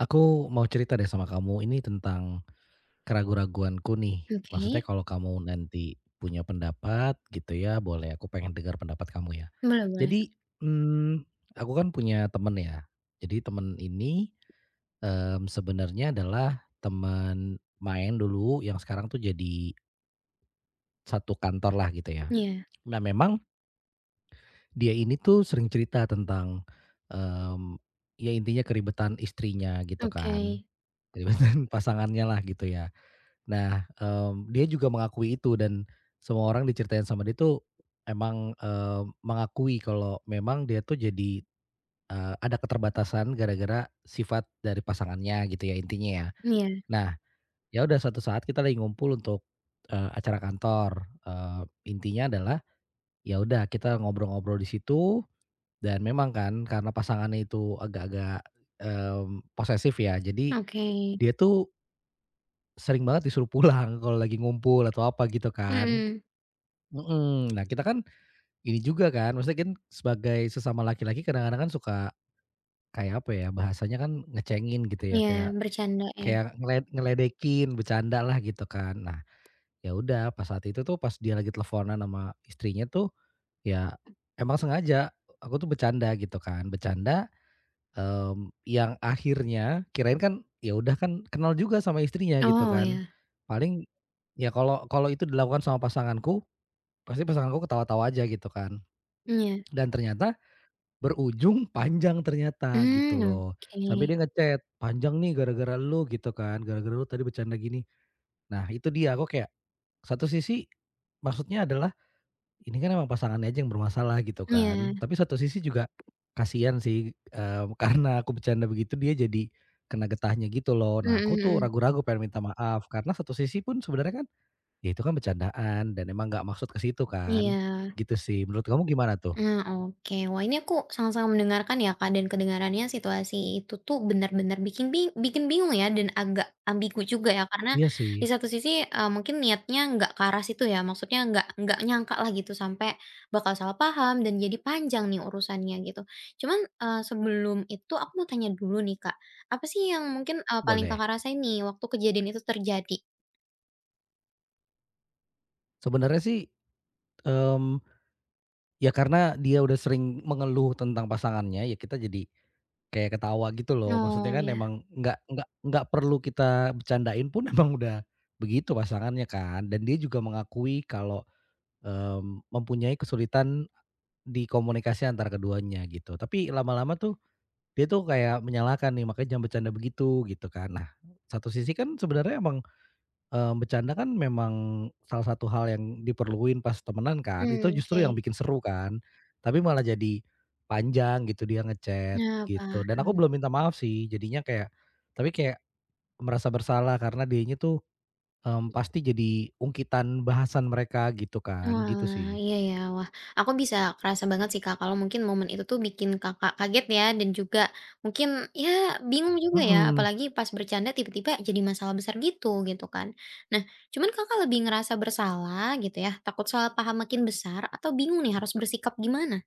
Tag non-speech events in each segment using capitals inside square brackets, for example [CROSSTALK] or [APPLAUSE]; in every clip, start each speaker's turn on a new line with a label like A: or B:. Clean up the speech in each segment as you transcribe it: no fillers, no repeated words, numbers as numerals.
A: Aku mau cerita deh sama kamu ini tentang keraguan-raguanku nih. Maksudnya
B: Oke,
A: kalau kamu nanti punya pendapat gitu ya, boleh aku pengen dengar pendapat kamu ya.
B: boleh boleh.
A: Jadi, aku kan punya temen ya. Jadi temen ini, sebenarnya adalah temen main dulu yang sekarang tuh jadi satu kantor lah gitu ya.
B: Iya,
A: Nah memang dia ini tuh sering cerita tentang, mmm, ya intinya keribetan istrinya gitu
B: oke.
A: kan, keribetan [LAUGHS] pasangannya lah gitu ya. Nah, dia juga mengakui itu dan semua orang diceritain sama dia tuh emang, mengakui kalau memang dia tuh jadi, ada keterbatasan gara-gara sifat dari pasangannya gitu ya intinya ya.
B: Iya,
A: Nah, ya udah suatu saat kita lagi ngumpul untuk, acara kantor, intinya adalah ya udah kita ngobrol-ngobrol di situ dan memang kan karena pasangannya itu agak-agak, posesif ya jadi
B: oke.
A: dia tuh sering banget disuruh pulang [LAUGHS] kalau lagi ngumpul atau apa gitu kan.
B: Mhm,
A: Mhm. Nah, kita kan ini juga kan, maksudnya kan sebagai sesama laki-laki kadang-kadang kan suka kayak apa ya, bahasanya kan ngecengin gitu ya,
B: iya,
A: kayak
B: bercanda ya?
A: kayak ngeledekin, bercanda lah gitu kan. Nah, ya udah pas saat itu tuh, pas dia lagi teleponan sama istrinya tuh, ya emang sengaja aku tuh bercanda gitu kan, bercanda, yang akhirnya kirain kan ya udah kan kenal juga sama istrinya gitu
B: Oh,
A: kan.
B: ya.
A: Paling ya kalau kalau itu dilakukan sama pasanganku, pasti pasanganku ketawa-tawa aja gitu kan.
B: Iya.
A: Dan ternyata berujung panjang ternyata gitu
B: Mmm,
A: loh,
B: oke.
A: sampai dia ngechat, "Panjang nih gara-gara lu," gitu kan, "gara-gara lu tadi bercanda gini." Nah itu dia, aku kayak satu sisi maksudnya adalah ini kan emang pasangannya aja yang bermasalah gitu
B: Iya,
A: kan, tapi satu sisi juga kasihan sih, [LAUGHS] karena aku bercanda begitu dia jadi kena getahnya gitu loh.
B: mhm
A: Nah aku tuh
B: mhm,
A: ragu-ragu pengen minta maaf karena satu sisi pun sebenarnya kan, ya itu kan bercandaan dan emang nggak maksud ke situ kan,
B: iya.
A: gitu sih. Menurut kamu gimana tuh?
B: Ah, oke. Wah, ini aku sangat-sangat mendengarkan ya, Kak, dan kedengarannya situasi itu tuh benar-benar bikin bikin bingung ya dan agak ambigu juga ya karena
A: Iya sih,
B: di satu sisi, mungkin niatnya nggak ke arah situ ya, maksudnya nggak nyangka lah gitu sampai bakal salah paham dan jadi panjang nih urusannya gitu. Cuman, sebelum itu aku mau tanya dulu nih, Kak, apa sih yang mungkin, paling
A: boleh.
B: Kakak rasain nih waktu kejadian itu terjadi?
A: Sebenarnya sih Mmm, ya karena dia udah sering mengeluh tentang pasangannya, ya kita jadi kayak ketawa gitu loh. Maksudnya
B: Oh,
A: kan
B: ya.
A: emang nggak perlu kita bercandain pun [LAUGHS] emang udah begitu pasangannya kan. Dan dia juga mengakui kalau, mempunyai kesulitan di komunikasi antara keduanya gitu. Tapi lama-lama tuh dia tuh kayak menyalahkan nih, "Makanya jangan bercanda begitu," gitu kan. Nah, satu sisi kan sebenarnya emang bercanda kan memang salah satu hal yang diperluin pas temenan kan, itu
B: Oke.
A: justru yang bikin seru kan, tapi malah jadi panjang gitu dia ngechat
B: Nah, paham.
A: gitu, dan aku belum minta maaf sih jadinya kayak tapi kayak merasa bersalah karena dianya tuh, pasti jadi ungkitan bahasan mereka gitu kan, gitu
B: Oalah,
A: sih.
B: iya ya. Wah, aku bisa kerasa banget sih, Kak, kalau mungkin momen itu tuh bikin Kakak kaget ya dan juga mungkin ya bingung juga ya,
A: Mhm,
B: apalagi pas bercanda tiba-tiba jadi masalah besar gitu, gitu kan. Nah, cuman Kakak lebih ngerasa bersalah gitu ya, takut salah paham makin besar atau bingung nih harus bersikap gimana?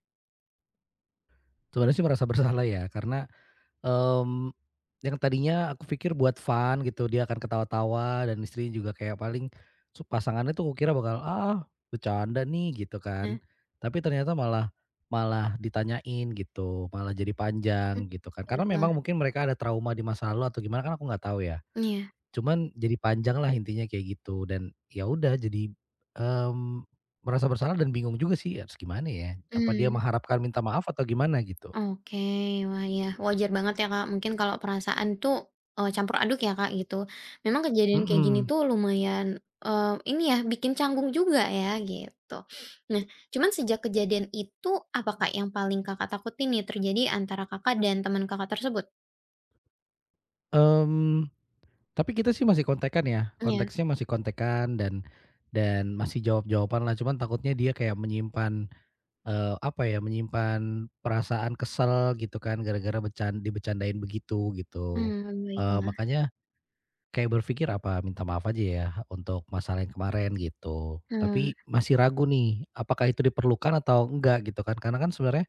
A: sebenarnya sih merasa bersalah ya karena Mmm, yang tadinya aku pikir buat fun gitu, dia akan ketawa-tawa dan istrinya juga kayak paling su pasangannya tuh kukira bakal, "Ah, bercanda nih," gitu
B: Nah,
A: kan. Tapi ternyata malah malah ditanyain gitu, malah jadi panjang
B: mmm,
A: gitu kan. Karena
B: baiklah.
A: memang mungkin mereka ada trauma di masa lalu atau gimana kan aku nggak tahu ya.
B: Iya,
A: Cuman jadi panjang lah intinya kayak gitu dan ya udah jadi, mmm, merasa bersalah dan bingung juga sih harus gimana ya, apa dia
B: mmm.
A: mengharapkan minta maaf atau gimana gitu.
B: Oke, wah ya wajar banget ya Kak, mungkin kalau perasaan tuh, campur aduk ya Kak gitu. Memang kejadian kayak gini
A: Mhm.
B: tuh lumayan, eee, ini ya bikin canggung juga ya gitu. Nah, cuman sejak kejadian itu apa Kak yang paling Kakak takutin nih terjadi antara Kakak dan teman Kakak tersebut?
A: mmm Tapi kita sih masih kontekan ya,
B: Ya,
A: konteksnya masih kontekan dan masih jawab jawaban lah. Cuman takutnya dia kayak menyimpan, apa ya, menyimpan perasaan kesel gitu kan gara-gara becan dibecandain begitu, gitu.
B: baiklah,
A: Makanya kayak berpikir apa minta maaf aja ya untuk masalah yang kemarin gitu,
B: mmm.
A: tapi masih ragu nih apakah itu diperlukan atau enggak gitu kan, karena kan sebenarnya,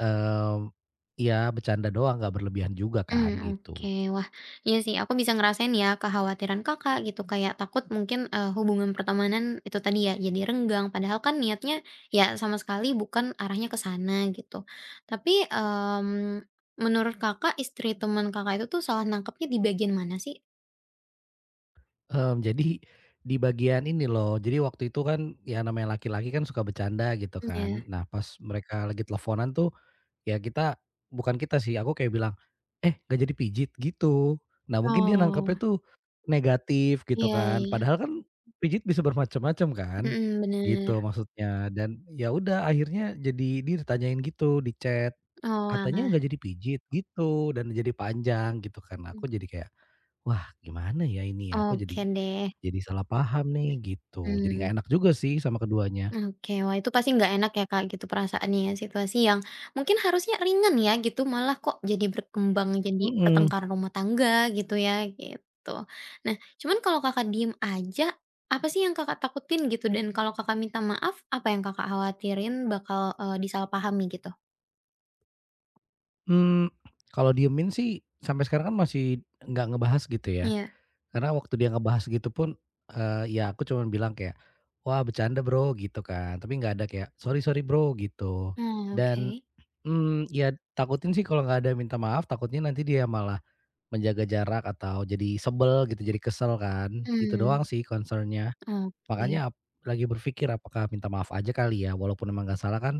A: mmm, ya bercanda doang nggak berlebihan juga
B: Hmm
A: kan,
B: oke.
A: gitu.
B: Wah, iya sih, aku bisa ngerasain ya kekhawatiran Kakak gitu, kayak takut mungkin, eee, hubungan pertemanan itu tadi ya, jadi renggang, padahal kan niatnya ya sama sekali bukan arahnya ke sana gitu. Tapi, mmm, menurut Kakak, istri teman Kakak itu tuh salah nangkepnya di bagian mana sih?
A: Jadi di bagian ini loh, jadi waktu itu kan ya namanya laki-laki kan suka bercanda gitu
B: Iya.
A: kan. Nah pas mereka lagi teleponan tuh ya kita bukan kita sih, aku kayak bilang, "Eh nggak jadi pijit?" Gitu. Nah mungkin dia
B: Oh,
A: nangkepnya tuh negatif gitu
B: iya
A: kan,
B: iya.
A: padahal kan pijit bisa bermacam-macam kan,
B: Mhm,
A: gitu
B: bener.
A: maksudnya. Dan ya udah akhirnya jadi dia ditanyain gitu di chat, katanya
B: Oh
A: nggak jadi pijit gitu dan jadi panjang gitu kan. Nah,
B: Mmm,
A: aku jadi kayak, "Wah gimana ya ini ya?" Aku
B: oke deh.
A: jadi salah paham nih gitu, jadi
B: Mmm.
A: nggak enak juga sih sama keduanya.
B: Oke, wah itu pasti nggak enak ya Kak gitu perasaannya ya, situasi yang mungkin harusnya ringan ya gitu, malah kok jadi berkembang jadi
A: Mhm.
B: pertengkaran rumah tangga gitu ya, gitu. Nah, cuman kalau Kakak diem aja, apa sih yang Kakak takutin gitu? Dan kalau Kakak minta maaf, apa yang Kakak khawatirin bakal, eee, disalahpahami gitu?
A: mmm, Kalau diemin sih sampai sekarang kan masih nggak ngebahas gitu ya,
B: Iya.
A: karena waktu dia ngebahas gitu pun, ya aku cuman bilang kayak, "Wah bercanda Bro," gitu kan, tapi nggak ada kayak, "Sorry sorry Bro," gitu.
B: Oh,
A: Dan,
B: oke.
A: mmm, ya takutin sih kalau nggak ada minta maaf takutnya nanti dia malah menjaga jarak atau jadi sebel gitu, jadi kesel kan, itu
B: Mmm,
A: doang sih concern-nya.
B: oke.
A: Makanya ap lagi berpikir apakah minta maaf aja kali ya, walaupun emang nggak salah kan,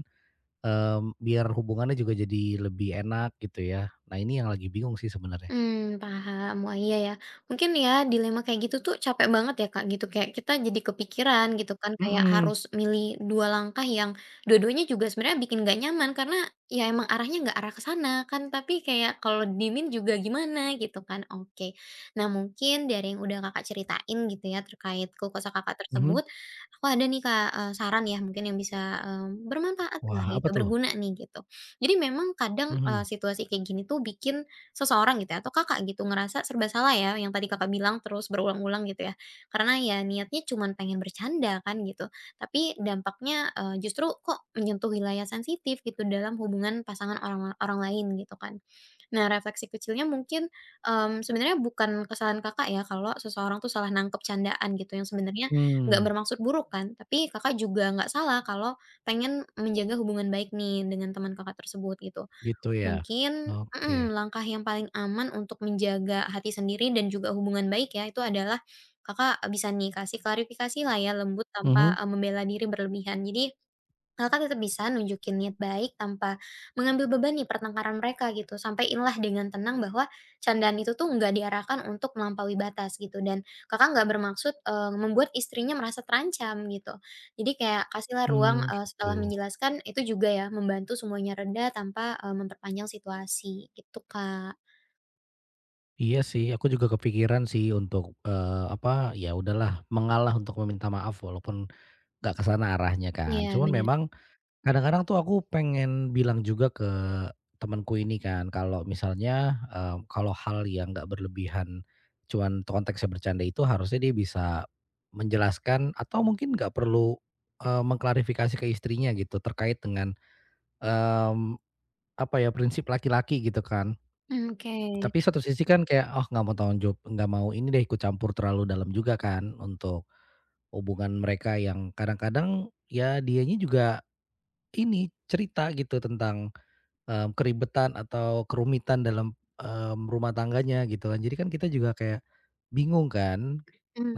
A: mmm, biar hubungannya juga jadi lebih enak gitu ya. Nah ini yang lagi bingung sih sebenarnya.
B: hmm paham. Wah, iya ya. Mungkin ya dilema kayak gitu tuh capek banget ya, Kak, gitu. Kayak kita jadi kepikiran gitu kan, kayak
A: Mhm,
B: harus milih 2 langkah yang dua-duanya juga sebenarnya bikin nggak nyaman karena ya emang arahnya nggak arah ke sana kan, tapi kayak kalau dimin juga gimana gitu kan. Oke. Nah, mungkin dari yang udah Kakak ceritain gitu ya terkait kosa kesah Kakak tersebut,
A: mhm.
B: aku ada nih, Kak, saran ya mungkin yang bisa, bermanfaat lah
A: Wah
B: gitu,
A: apa tuh?
B: berguna nih gitu. Jadi memang kadang,
A: Mhm.
B: situasi kayak gini tuh bikin seseorang gitu ya, atau Kakak gitu ngerasa serba salah ya yang tadi Kakak bilang terus berulang-ulang gitu ya. Karena ya niatnya cuman pengen bercanda kan gitu, tapi dampaknya, justru kok menyentuh wilayah sensitif gitu dalam hubungan pasangan orang orang lain gitu kan. Nah refleksi kecilnya mungkin, sebenarnya bukan kesalahan Kakak ya kalau seseorang tuh salah nangkep candaan gitu yang sebenarnya
A: Mmm.
B: nggak bermaksud buruk kan, tapi Kakak juga nggak salah kalau pengen menjaga hubungan baik nih dengan teman Kakak tersebut gitu.
A: Gitu ya?
B: Mungkin
A: Oke.
B: langkah yang paling aman untuk menjaga hati sendiri dan juga hubungan baik ya, itu adalah Kakak, bisa nih kasih klarifikasi lah ya lembut tanpa,
A: Mhm,
B: membela diri berlebihan. Jadi, Kakak tetap bisa nunjukin niat baik tanpa mengambil beban nih pertengkaran mereka gitu. Sampaiinlah dengan tenang bahwa candaan itu tuh nggak diarahkan untuk melampaui batas gitu dan kakak nggak bermaksud membuat istrinya merasa terancam gitu. Jadi kayak kasihlah ruang
A: mmm. Gitu.
B: setelah menjelaskan itu juga ya membantu semuanya reda tanpa memperpanjang situasi gitu kak.
A: Iya sih aku juga kepikiran sih untuk, apa, ya udahlah mengalah untuk meminta maaf walaupun nggak kesana arahnya kan.
B: Iya
A: Cuman
B: benar.
A: memang kadang-kadang tuh aku pengen bilang juga ke temanku ini kan, kalau misalnya, kalau hal yang nggak berlebihan, cuman konteksnya bercanda itu harusnya dia bisa menjelaskan atau mungkin nggak perlu, mengklarifikasi ke istrinya gitu terkait dengan, mmm, apa ya, prinsip laki-laki gitu kan.
B: Mm, oke.
A: Tapi satu sisi kan kayak, oh nggak mau tanggung jawab nggak mau ini deh ikut campur terlalu dalam juga kan untuk hubungan mereka yang kadang-kadang ya dianya juga ini cerita gitu tentang keribetan atau kerumitan dalam, rumah tangganya gitu kan. Jadi kan kita juga kayak bingung kan,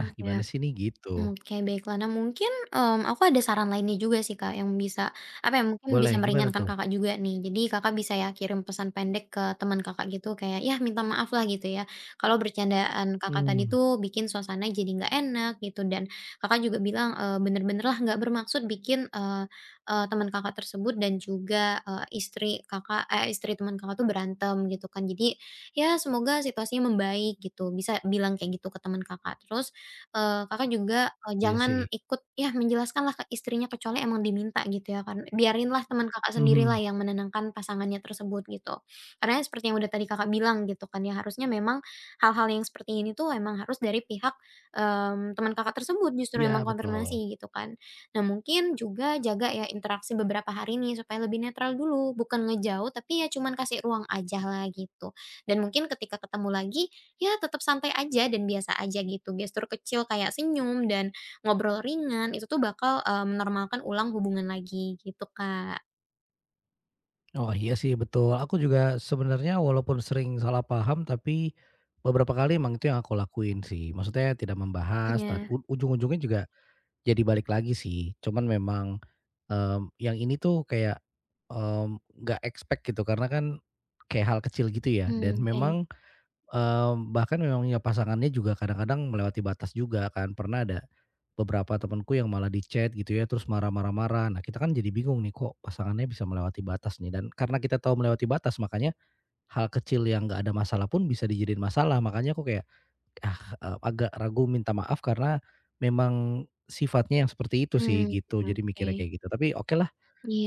A: "Nah
B: ya.
A: gimana sih nih?" Gitu.
B: Oke, baiklah. Nah, mungkin, aku ada saran lainnya juga sih, Kak, yang bisa, apa ya, mungkin bisa
A: Boleh, gimana
B: meringankan
A: tuh?
B: Kakak juga nih. Jadi Kakak bisa ya kirim pesan pendek ke teman Kakak gitu, kayak ya minta maaf lah gitu ya, kalau bercandaan Kakak tadi
A: Mmm,
B: tuh bikin suasana jadi nggak enak gitu dan Kakak juga bilang, bener-bener lah nggak bermaksud bikin, eee eee, teman Kakak tersebut dan juga, istri teman Kakak tuh berantem gitu kan. Jadi ya semoga situasinya membaik gitu, bisa bilang kayak gitu ke teman Kakak. Terus Kakak juga,
A: iya sih.
B: jangan ikut ya menjelaskanlah ke istrinya kecuali emang diminta gitu ya kan, biarinlah teman Kakak sendirilah
A: Mhm,
B: yang menenangkan pasangannya tersebut gitu. Karena seperti yang udah tadi Kakak bilang gitu kan ya, harusnya memang hal-hal yang seperti ini tuh emang harus dari pihak, teman Kakak tersebut justru yang
A: iya betul.
B: mengkonfirmasi gitu kan. Nah mungkin juga jaga ya interaksi beberapa hari nih supaya lebih netral dulu, bukan ngejauh tapi ya cuman kasih ruang ajalah gitu. Dan mungkin ketika ketemu lagi ya tetap santai aja dan biasa aja gitu, gestur kecil kayak senyum dan ngobrol ringan itu tuh bakal, menormalkan ulang hubungan lagi gitu, Kak.
A: Oh iya sih betul. Aku juga sebenarnya walaupun sering salah paham tapi beberapa kali emang itu yang aku lakuin sih. Maksudnya tidak membahas dan
B: Iya,
A: u ujung-ujungnya juga jadi balik lagi sih, cuman memang, yang ini tuh kayak, nggak expect gitu karena kan kayak hal kecil gitu ya dan
B: oke.
A: memang, bahkan memang ya pasangannya juga kadang-kadang melewati batas juga kan. Pernah ada beberapa temanku yang malah di-chat gitu ya terus marah marah marah. Nah kita kan jadi bingung nih kok pasangannya bisa melewati batas nih dan karena kita tahu melewati batas makanya hal kecil yang nggak ada masalah pun bisa dijadiin masalah. Makanya aku kayak Ah, agak ragu minta maaf karena memang sifatnya yang seperti itu sih
B: Mmm,
A: gitu, jadi
B: oke.
A: mikirnya kayak gitu. Tapi oke lah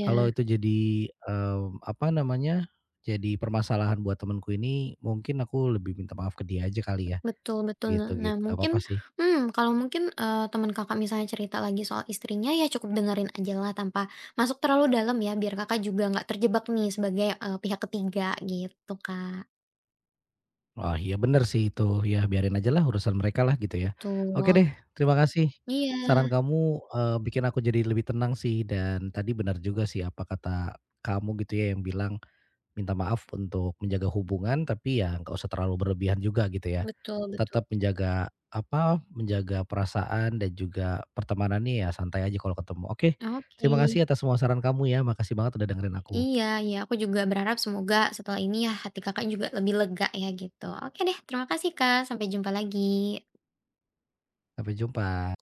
A: kalau itu jadi, apa namanya, jadi permasalahan buat temenku ini, mungkin aku lebih minta maaf ke dia aja kali ya,
B: betul betul. Nah
A: gitu
B: nah,
A: gitu, nggak
B: mungkin
A: apa-apa sih.
B: kalau mungkin, teman Kakak misalnya cerita lagi soal istrinya ya cukup dengerin aja lah tanpa masuk terlalu dalam ya, biar Kakak juga nggak terjebak nih sebagai, pihak ketiga gitu, Kak.
A: Wah, iya bener sih itu, ya biarin aja lah urusan mereka lah gitu ya. Oke deh,
B: Betul.
A: terima kasih.
B: Iya,
A: Saran kamu, bikin aku jadi lebih tenang sih dan tadi benar juga sih apa kata kamu gitu ya yang bilang minta maaf untuk menjaga hubungan, tapi ya nggak usah terlalu berlebihan juga gitu ya.
B: betul betul.
A: Tetap menjaga apa, menjaga perasaan dan juga pertemanannya ya santai aja kalau ketemu. Oke, terima
B: Oke.
A: kasih atas semua saran kamu ya. Makasih banget udah dengerin aku.
B: Iya iya, aku juga berharap semoga setelah ini ya hati Kakak juga lebih lega ya gitu. Oke deh, terima kasih Kak, sampai jumpa lagi.
A: Sampai jumpa.